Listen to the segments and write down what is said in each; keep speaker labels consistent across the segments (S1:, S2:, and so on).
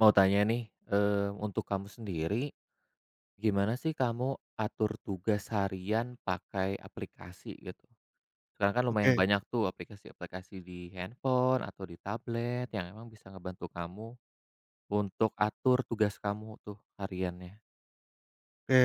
S1: Mau tanya nih, untuk kamu sendiri, gimana sih kamu atur tugas harian pakai aplikasi gitu? Sekarang kan lumayan
S2: Oke
S1: banyak tuh aplikasi-aplikasi di handphone atau di tablet yang emang bisa ngebantu kamu untuk atur tugas kamu tuh hariannya.
S2: oke.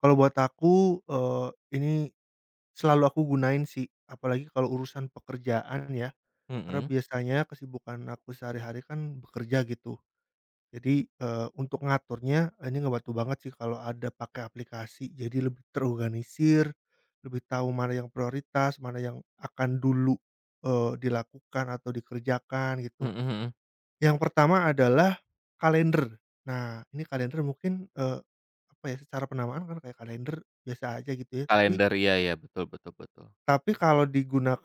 S2: Kalau buat aku, ini selalu aku gunain sih, apalagi kalau urusan pekerjaan ya, karena
S1: Mhm
S2: biasanya kesibukan aku sehari-hari kan bekerja gitu. Jadi, untuk ngaturnya ini ngebantu banget sih kalau ada pakai aplikasi, jadi lebih terorganisir, lebih tahu mana yang prioritas, mana yang akan dulu, dilakukan atau dikerjakan
S1: mhm
S2: gitu.
S1: mhm.
S2: Yang pertama adalah kalender. Nah, ini kalender mungkin, apa ya, secara penamaan kan kayak kalender biasa aja gitu ya, tapi
S1: Kalender, iya ya, betul betul betul.
S2: tapi kalau digunakan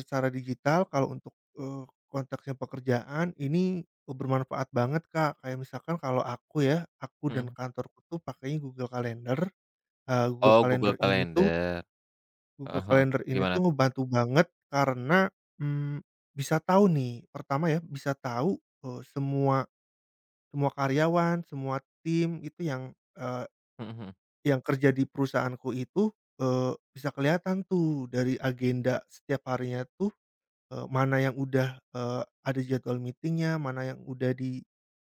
S2: secara digital, kalau untuk, konteksnya pekerjaan ini bermanfaat banget, Kak. Kayak misalkan kalau aku ya, aku dan
S1: Mhm.
S2: kantorku tuh pakainya Google Calendar. Eee, Google
S1: Oh, Google
S2: Calendar ini tuh
S1: Calendar.
S2: Google
S1: Heeh.
S2: Calendar ini
S1: Gimana
S2: tuh
S1: tuh?
S2: ngebantu banget karena, mmm, bisa tahu nih, pertama ya, bisa tahu, semua Semua karyawan, semua tim itu yang,
S1: Mhm mhm.
S2: yang kerja di perusahaanku itu, bisa kelihatan tuh dari agenda setiap harinya tuh, mana yang udah, ada jadwal meetingnya, mana yang udah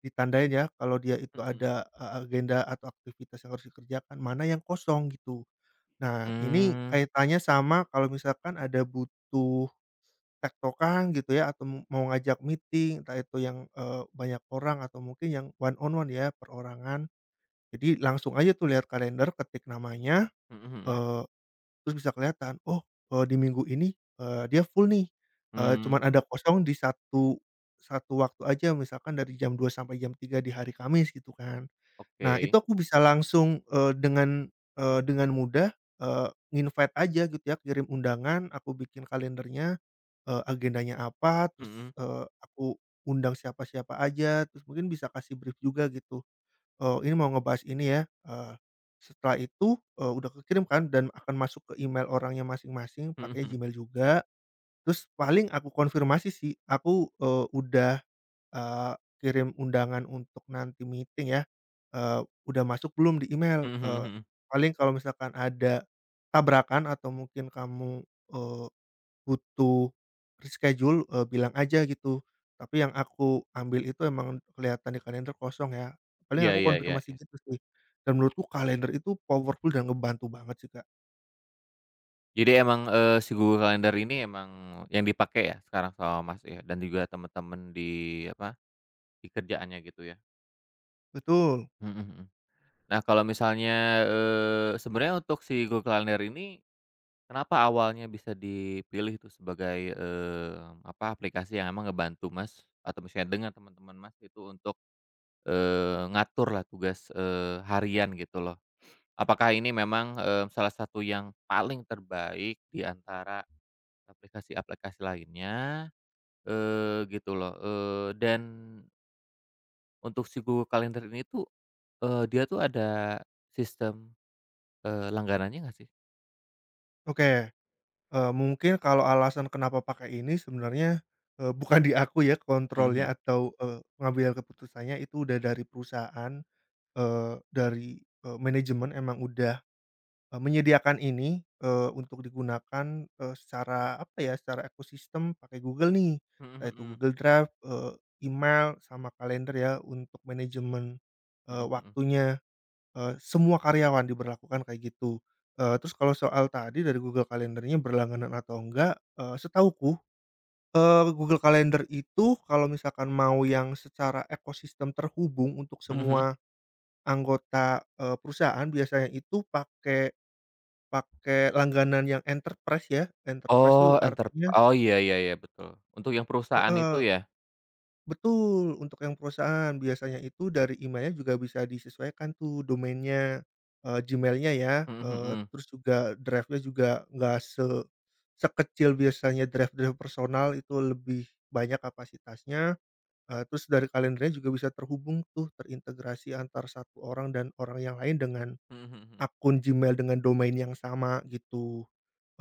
S2: ditandain ya kalau dia itu
S1: Mhm mhm.
S2: ada, agenda atau aktivitas yang harus dikerjakan, mana yang kosong gitu. Nah, ini
S1: Mmm.
S2: kaitannya sama kalau misalkan ada butuh tektokan gitu ya atau mau ngajak meeting, entah itu yang, banyak orang atau mungkin yang one on one ya, perorangan. Jadi langsung aja tuh lihat kalender, ketik namanya,
S1: Mhm mhm.
S2: eee, terus bisa kelihatan, oh, di minggu ini, dia full nih,
S1: Mmm,
S2: cuman ada kosong di satu satu waktu aja misalkan dari jam 2 sampai jam 3 di hari Kamis gitu kan.
S1: oke.
S2: Nah, itu aku bisa langsung, dengan mudah, eee, nginvite aja gitu ya, kirim undangan, aku bikin kalendernya, agendanya apa, terus,
S1: Mhm.
S2: aku undang siapa-siapa aja, terus mungkin bisa kasih brief juga gitu, ini mau ngebahas ini ya, eee, setelah itu, udah kekirim kan dan akan masuk ke email orangnya masing-masing
S1: Mhm
S2: pakai
S1: mhm.
S2: Gmail juga, terus paling aku konfirmasi sih, aku, udah, eee, kirim undangan untuk nanti meeting ya, eee, udah masuk belum di email?
S1: Mhm mhm mhm.
S2: Paling kalau misalkan ada tabrakan atau mungkin kamu, eh, butuh reschedule, bilang aja gitu. Tapi yang aku ambil itu emang kelihatan di kalender kosong ya, paling
S1: Iya
S2: aku
S1: iya iya
S2: konfirmasi
S1: iya.
S2: gitu sih. Dan menurutku kalender itu powerful dan ngebantu banget sih, Kak.
S1: Jadi emang, si Google Calendar ini emang yang dipakai ya sekarang sama Mas ya dan juga temen-temen di apa, di kerjaannya gitu ya?
S2: Betul.
S1: Mhm mhm. Nah kalau misalnya, sebenarnya untuk si Google Calendar ini kenapa awalnya bisa dipilih tuh sebagai, apa, aplikasi yang emang ngebantu Mas atau misalnya dengan teman-teman Mas itu untuk, ngatur lah tugas, harian gitu loh. Apakah ini memang, salah satu yang paling terbaik di antara aplikasi-aplikasi lainnya, gitu loh, dan untuk si Google Calendar ini tuh, dia tuh ada sistem, langganannya nggak sih?
S2: Oke, mungkin kalau alasan kenapa pakai ini sebenarnya, bukan di aku ya
S1: Mhm mhm.
S2: kontrolnya atau, pengambilan keputusannya itu udah dari perusahaan, dari, manajemen emang udah menyediakan ini, untuk digunakan, secara apa ya, secara ekosistem pakai Google nih,
S1: Mhm
S2: yaitu
S1: mhm.
S2: Google Drive, email, sama kalender ya untuk manajemen,
S1: Mhm mhm.
S2: waktunya, semua karyawan diberlakukan kayak gitu. Terus kalau soal tadi dari Google Kalendernya berlangganan atau enggak, setahuku, Google Calendar itu kalau misalkan mau yang secara ekosistem terhubung untuk
S1: Mhm mhm.
S2: semua anggota, perusahaan biasanya itu pakai Pakai langganan yang Enterprise ya, Enterprise itu
S1: Oh enter
S2: artinya
S1: oh iya iya iya betul. Untuk yang perusahaan itu
S2: heeh,
S1: ya?
S2: betul, untuk yang perusahaan biasanya itu dari emailnya juga bisa disesuaikan tuh domainnya, Gmail-nya ya,
S1: Mhm mhm.
S2: terus juga drive-nya juga nggak sekecil biasanya drive-drive personal, itu lebih banyak kapasitasnya, terus dari kalendernya juga bisa terhubung tuh terintegrasi antar satu orang dan orang yang lain dengan
S1: Mhm mhm mhm.
S2: akun Gmail dengan domain yang sama gitu.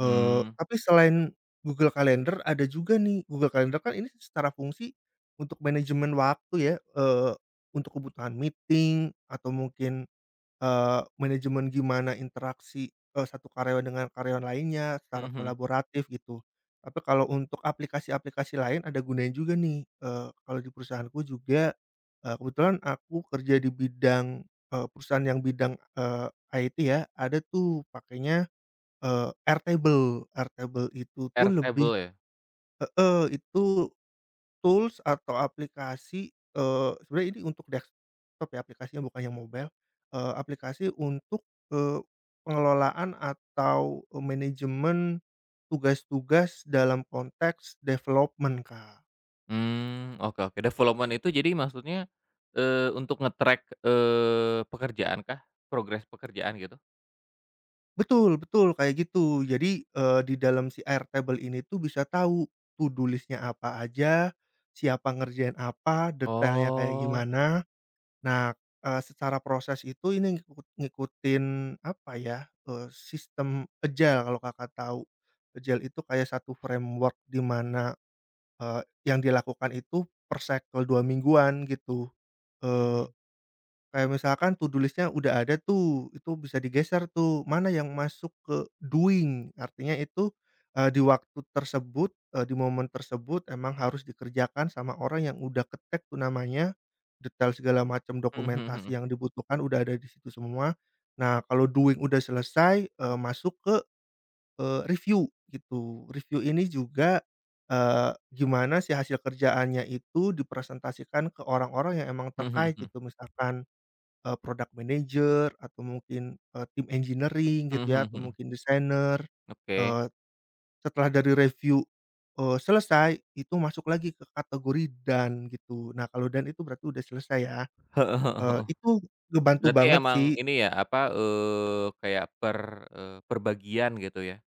S1: Mmm,
S2: Tapi selain Google Calendar ada juga nih. Google Calendar kan ini secara fungsi untuk manajemen waktu ya, untuk kebutuhan meeting atau mungkin, manajemen gimana interaksi, satu karyawan dengan karyawan lainnya
S1: mhm
S2: secara
S1: mhm.
S2: kolaboratif gitu. Tapi kalau untuk aplikasi-aplikasi lain ada gunanya juga nih, kalau di perusahaanku juga, kebetulan aku kerja di bidang, perusahaan yang bidang, IT ya, ada tuh pakainya Airtable. Airtable itu tuh lebih.
S1: Airtable ya?
S2: Heeh, itu tools atau aplikasi, sebenarnya ini untuk desktop ya aplikasinya, bukan yang mobile, aplikasi untuk, eee, pengelolaan atau, manajemen tugas-tugas dalam konteks development, Kak.
S1: Oke oke. Development itu jadi maksudnya, untuk nge-track, pekerjaan kah? Progres pekerjaan gitu?
S2: Betul betul kayak gitu. Jadi, di dalam si Airtable ini tuh bisa tahu to do list-nya apa aja, siapa ngerjain apa, detailnya kayak
S1: Oh.
S2: gimana. Nah, secara proses itu ini ngikutin apa ya, sistem Agile kalau Kakak tahu. Agile itu kayak satu framework di mana, eee, yang dilakukan itu per cycle 2 mingguan gitu,
S1: Mhm
S2: eh,
S1: mhm.
S2: kayak misalkan to do list-nya udah ada tuh, itu bisa digeser tuh, mana yang masuk ke doing, artinya itu, di waktu tersebut, di momen tersebut emang harus dikerjakan sama orang yang udah ke-tag tuh namanya, detail segala macam
S1: Mhm
S2: dokumentasi
S1: mhm
S2: yang dibutuhkan udah ada di situ semua. Nah, kalau doing udah selesai, masuk ke, review gitu. Review ini juga, gimana si hasil kerjaannya itu dipresentasikan ke orang-orang yang emang terkait
S1: mhm.
S2: gitu, misalkan product manager atau mungkin, tim engineering
S1: Mhm
S2: gitu ya
S1: mhm
S2: atau
S1: mhm.
S2: mungkin desainer,
S1: Oke.
S2: eee, setelah dari review, selesai itu masuk lagi ke kategori dan gitu. Nah kalau dan itu berarti udah selesai ya,
S1: Heeh heeh heeh.
S2: itu ngebantu
S1: Berarti
S2: banget
S1: emang
S2: sih.
S1: ini ya, apa, kayak per bagian gitu ya?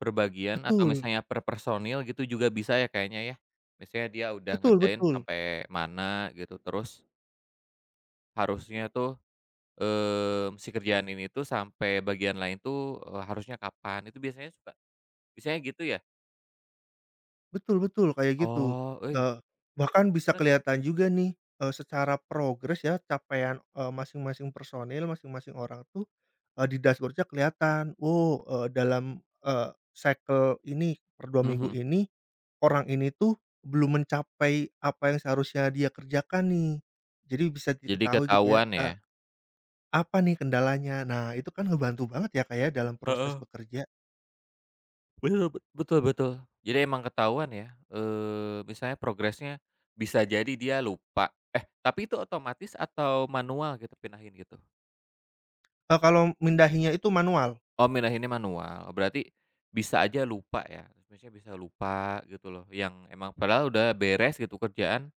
S1: Per bagian atau
S2: Betul
S1: misalnya per personil gitu juga bisa ya kayaknya ya? Misalnya dia udah
S2: betul
S1: ngerjain
S2: betul.
S1: sampai mana gitu, terus harusnya tuh, si kerjaan ini tuh sampai bagian lain tuh, harusnya kapan, itu biasanya suka biasanya gitu ya?
S2: Betul betul, kayak gitu.
S1: Oh, eh,
S2: Eee, Bahkan bisa
S1: Bener tuh.
S2: kelihatan juga nih, secara progres ya capaian, masing-masing personil, masing-masing orang tuh, di dashboard-nya kelihatan. Oh, dalam, cycle ini per dua
S1: Mhm
S2: minggu
S1: mhm.
S2: ini, orang ini tuh belum mencapai apa yang seharusnya dia kerjakan nih. Jadi bisa
S1: Jadi
S2: diketahui gitu ya,
S1: ketahuan ya?
S2: apa nih kendalanya. Nah, itu kan ngebantu banget ya, Kak, ya dalam proses
S1: Heeh.
S2: bekerja.
S1: Betul betul betul. Jadi emang ketahuan ya, misalnya progresnya bisa jadi dia lupa, tapi itu otomatis atau manual gitu pindahin gitu?
S2: Kalau mindahinnya itu manual.
S1: Oh, pindahinnya manual. Oh, berarti bisa aja lupa ya, maksudnya bisa lupa gitu loh, yang emang padahal udah beres gitu kerjaan,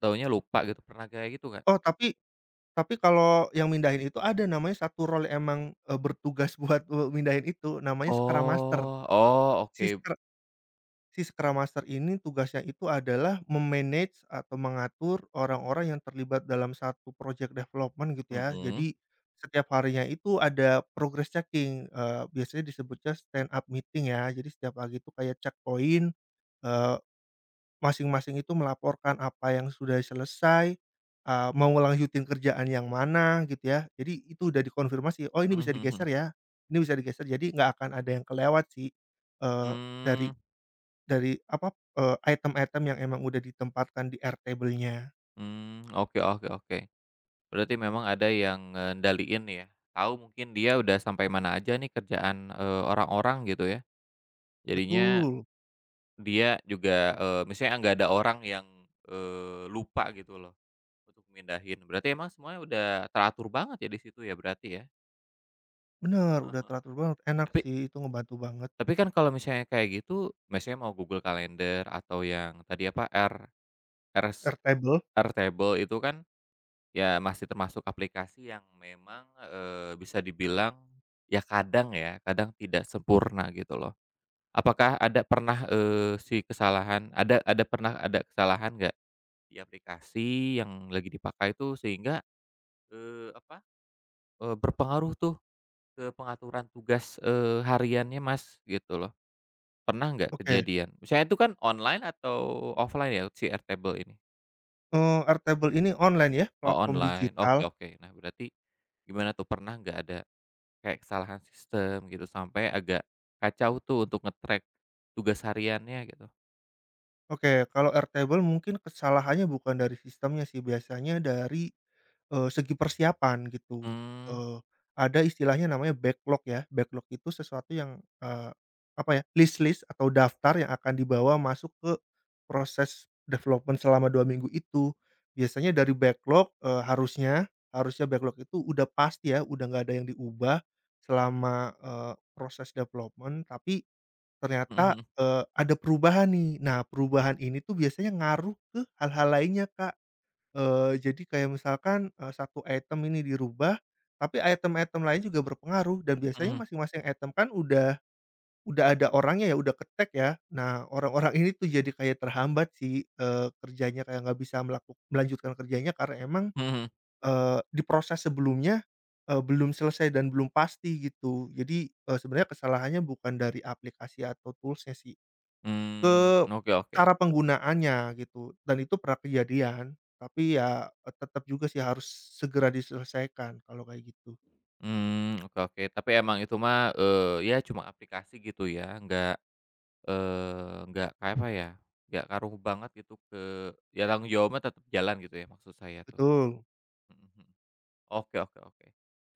S1: taunya lupa gitu, pernah kayak gitu nggak?
S2: Oh, tapi. Kalau yang mindahin itu ada namanya satu role emang, bertugas buat, mindahin, itu namanya Scrum Master.
S1: Oh oh
S2: Si
S1: oke,
S2: Scr si Scrum Master ini tugasnya itu adalah me-manage atau mengatur orang-orang yang terlibat dalam satu project development gitu ya.
S1: mhm,
S2: Jadi setiap harinya itu ada progress checking, biasanya disebutnya stand up meeting ya. Jadi setiap pagi itu kayak checkpoint. eee Masing-masing itu melaporkan apa yang sudah selesai, mau ngelanjutin kerjaan yang mana gitu ya. Jadi itu udah dikonfirmasi, "Oh, ini
S1: mhm
S2: bisa
S1: mhm
S2: digeser
S1: mhm,
S2: ya, ini bisa digeser." Jadi nggak akan ada yang kelewat sih, eee, dari
S1: mmm,
S2: apa, item-item yang emang udah ditempatkan di airtable-nya.
S1: mmm, oke oke oke. Berarti memang ada yang ngendaliin ya, tahu mungkin dia udah sampai mana aja nih kerjaan, orang-orang gitu ya. Jadinya
S2: Betul,
S1: dia juga, misalnya nggak ada orang yang, lupa gitu loh untuk mindahin. Berarti emang semuanya udah teratur banget ya di situ ya berarti ya?
S2: bener,
S1: Heeh
S2: udah
S1: heeh.
S2: teratur banget, enak
S1: Tapi
S2: sih itu ngebantu banget.
S1: kan kalau misalnya kayak gitu, misalnya mau Google Calendar atau yang tadi apa, R Rs
S2: Airtable?
S1: Airtable itu kan, ya masih termasuk aplikasi yang memang, bisa dibilang ya, kadang tidak sempurna gitu loh. Apakah ada pernah, si kesalahan ada pernah ada kesalahan nggak di aplikasi yang lagi dipakai itu sehingga, apa, berpengaruh tuh ke pengaturan tugas, hariannya Mas gitu loh. Pernah nggak
S2: Oke,
S1: kejadian? Misalnya itu kan online atau offline ya si Airtable ini?
S2: airtable ini online ya,
S1: Oh,
S2: platform
S1: online,
S2: digital?
S1: oke oke. Nah berarti gimana tuh pernah nggak ada kayak kesalahan sistem gitu, sampai agak kacau tuh untuk nge-track tugas hariannya gitu.
S2: Oke, kalau airtable mungkin kesalahannya bukan dari sistemnya sih, biasanya dari segi persiapan gitu,
S1: Mmm,
S2: eee, ada istilahnya namanya backlog ya, backlog itu sesuatu yang, apa ya, list-list atau daftar yang akan dibawa masuk ke proses development selama 2 minggu itu. Biasanya dari backlog, harusnya harusnya backlog itu udah pasti ya, udah nggak ada yang diubah selama, proses development, tapi ternyata,
S1: mhm
S2: ada perubahan nih. Nah, perubahan ini tuh biasanya ngaruh ke hal-hal lainnya, Kak. Jadi kayak misalkan, satu item ini dirubah, tapi item-item lain juga berpengaruh dan biasanya
S1: mhm
S2: masing-masing item kan udah ada orangnya ya, udah ke-tag ya. Nah, orang-orang ini tuh jadi kayak terhambat sih, kerjanya kayak nggak bisa melanjutkan kerjanya karena emang,
S1: mhm mhm,
S2: di proses sebelumnya, belum selesai dan belum pasti gitu. Jadi, sebenarnya kesalahannya bukan dari aplikasi atau tools-nya sih.
S1: mmm,
S2: Ke
S1: oke oke,
S2: cara penggunaannya gitu, dan itu pernah kejadian, tapi ya, tetap juga sih harus segera diselesaikan kalau kayak gitu.
S1: mmm, oke oke. Tapi emang itu mah, ya cuma aplikasi gitu ya, nggak kayak apa ya, nggak ngaruh banget gitu ke ya tanggung jawabnya tetap jalan gitu ya maksud saya tuh?
S2: Betul,
S1: Mhm mhm. Oke oke oke.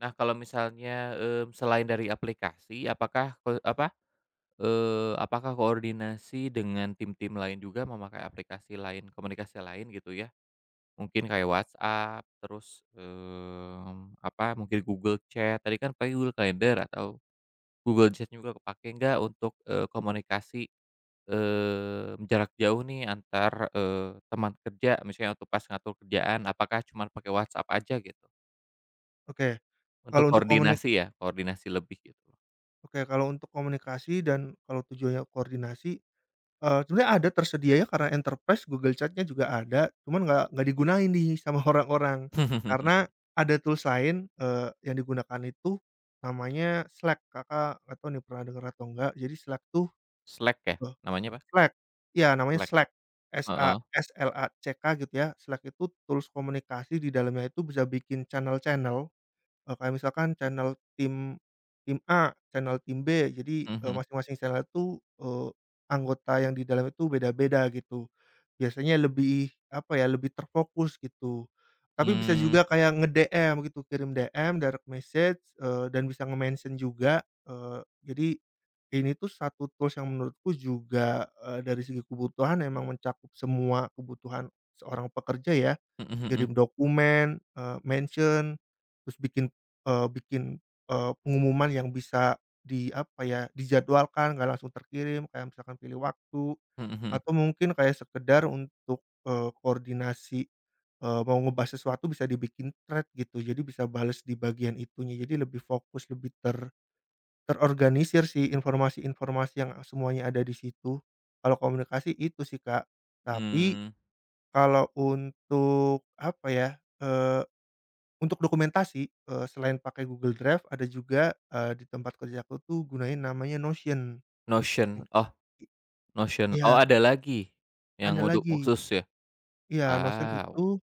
S1: Nah kalau misalnya, selain dari aplikasi apakah, eee, apa Eee, apakah koordinasi dengan tim-tim lain juga memakai aplikasi lain, komunikasi lain gitu ya? Mungkin kayak WhatsApp, terus, apa, mungkin Google Chat, tadi kan pakai Google Calendar atau Google Chat juga kepakai nggak untuk, komunikasi, jarak jauh nih antar, teman kerja misalnya untuk pas ngatur kerjaan, apakah cuman pakai WhatsApp aja gitu?
S2: oke.
S1: Untuk
S2: Kalau untuk komuni
S1: koordinasi ya, koordinasi lebih gitu.
S2: oke, kalau untuk komunikasi dan kalau tujuannya koordinasi, sebenarnya ada tersedianya karena enterprise Google Chat-nya juga ada, cuman nggak digunain nih sama orang-orang. Karena ada tools lain, yang digunakan itu namanya Slack, Kakak nggak tahu nih pernah denger atau enggak. Jadi Slack tuh,
S1: Slack ya, namanya apa?
S2: Slack, iya namanya
S1: Slack,
S2: Slack,
S1: heeh,
S2: S-A-S-L-A-C-K gitu ya. Slack itu tools komunikasi, di dalamnya itu bisa bikin channel-channel, kayak misalkan channel tim tim A, channel tim B, jadi,
S1: mhm mhm,
S2: masing-masing channel itu, anggota yang di dalam itu beda-beda gitu. Biasanya lebih, apa ya, lebih terfokus gitu. Tapi bisa
S1: mmm.
S2: juga kayak nge-DM gitu, kirim DM, direct message, dan bisa nge-mention juga, eee, jadi ini tuh satu tools yang menurutku juga, dari segi kebutuhan emang mencakup semua kebutuhan seorang pekerja ya,
S1: Mhm
S2: kirim
S1: mhm.
S2: dokumen, mention, terus bikin, pengumuman yang bisa di apa ya, dijadwalkan nggak langsung terkirim, kayak misalkan pilih waktu,
S1: Mhm mhm.
S2: atau mungkin kayak sekedar untuk, koordinasi, mau ngebahas sesuatu bisa dibikin thread gitu, jadi bisa bales di bagian itunya, jadi lebih fokus, lebih terorganisir sih, informasi-informasi yang semuanya ada di situ. Kalau komunikasi itu sih, Kak. Tapi
S1: Mmm,
S2: kalau untuk apa ya, eee, untuk dokumentasi, selain pakai Google Drive ada juga, di tempat kerjaku tuh gunain namanya Notion.
S1: Notion.
S2: Nah,
S1: Oh,
S2: I
S1: Notion.
S2: iya,
S1: Oh, ada lagi yang
S2: ada
S1: untuk
S2: lagi.
S1: khusus ya?
S2: Iya, Notion
S1: Wow.
S2: itu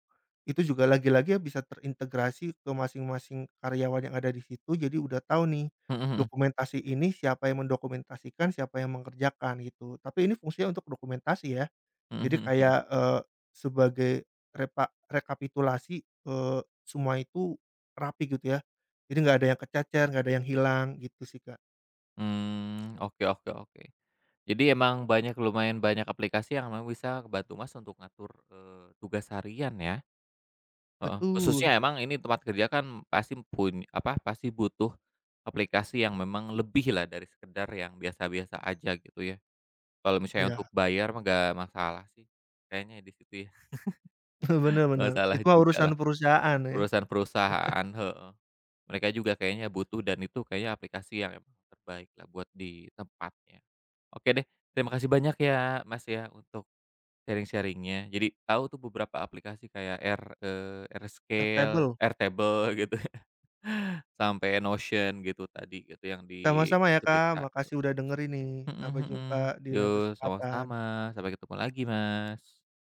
S2: Itu juga lagi-lagi ya, bisa terintegrasi ke masing-masing karyawan yang ada di situ, jadi udah tahu nih,
S1: Mhm mhm.
S2: dokumentasi ini siapa yang mendokumentasikan, siapa yang mengerjakan gitu. Tapi ini fungsinya untuk dokumentasi ya.
S1: Mhm
S2: Jadi
S1: mhm mhm.
S2: kayak, sebagai repa rekapitulasi, semua itu rapi gitu ya. Jadi nggak ada yang kececer, nggak ada yang hilang gitu sih, Kak.
S1: Oke oke oke. Jadi emang banyak lumayan banyak aplikasi yang memang bisa ngebantu Mas untuk ngatur, tugas harian ya? Heeh.
S2: Betul,
S1: Khususnya emang ini tempat kerja kan pasti pun apa, pasti butuh aplikasi yang memang lebih lah dari sekedar yang biasa-biasa aja gitu ya? Kalau misalnya untuk
S2: iya,
S1: bayar mah nggak masalah sih kayaknya di situ ya? Oh,
S2: benar-benar.
S1: salah
S2: Itu mah
S1: juga
S2: urusan
S1: lah.
S2: perusahaan ya,
S1: Perusahaan-perusahaan, heeh. Mereka juga kayaknya butuh dan itu kayaknya aplikasi yang emang terbaik lah buat di tempatnya. Oke deh, terima kasih banyak ya, Mas, ya, untuk sharing-sharing-nya. Jadi tahu tuh beberapa aplikasi kayak Rscale,
S2: akuntabel.
S1: Airtable gitu ya, sampai Notion gitu tadi gitu yang di
S2: Sama-sama ya Kak,
S1: cerita tuh.
S2: makasih udah dengerin nih.
S1: Mhm
S2: Sampai
S1: mhm.
S2: jumpa di
S1: Yo,
S2: lain kesempatan.
S1: sama-sama. Sampai ketemu lagi, Mas.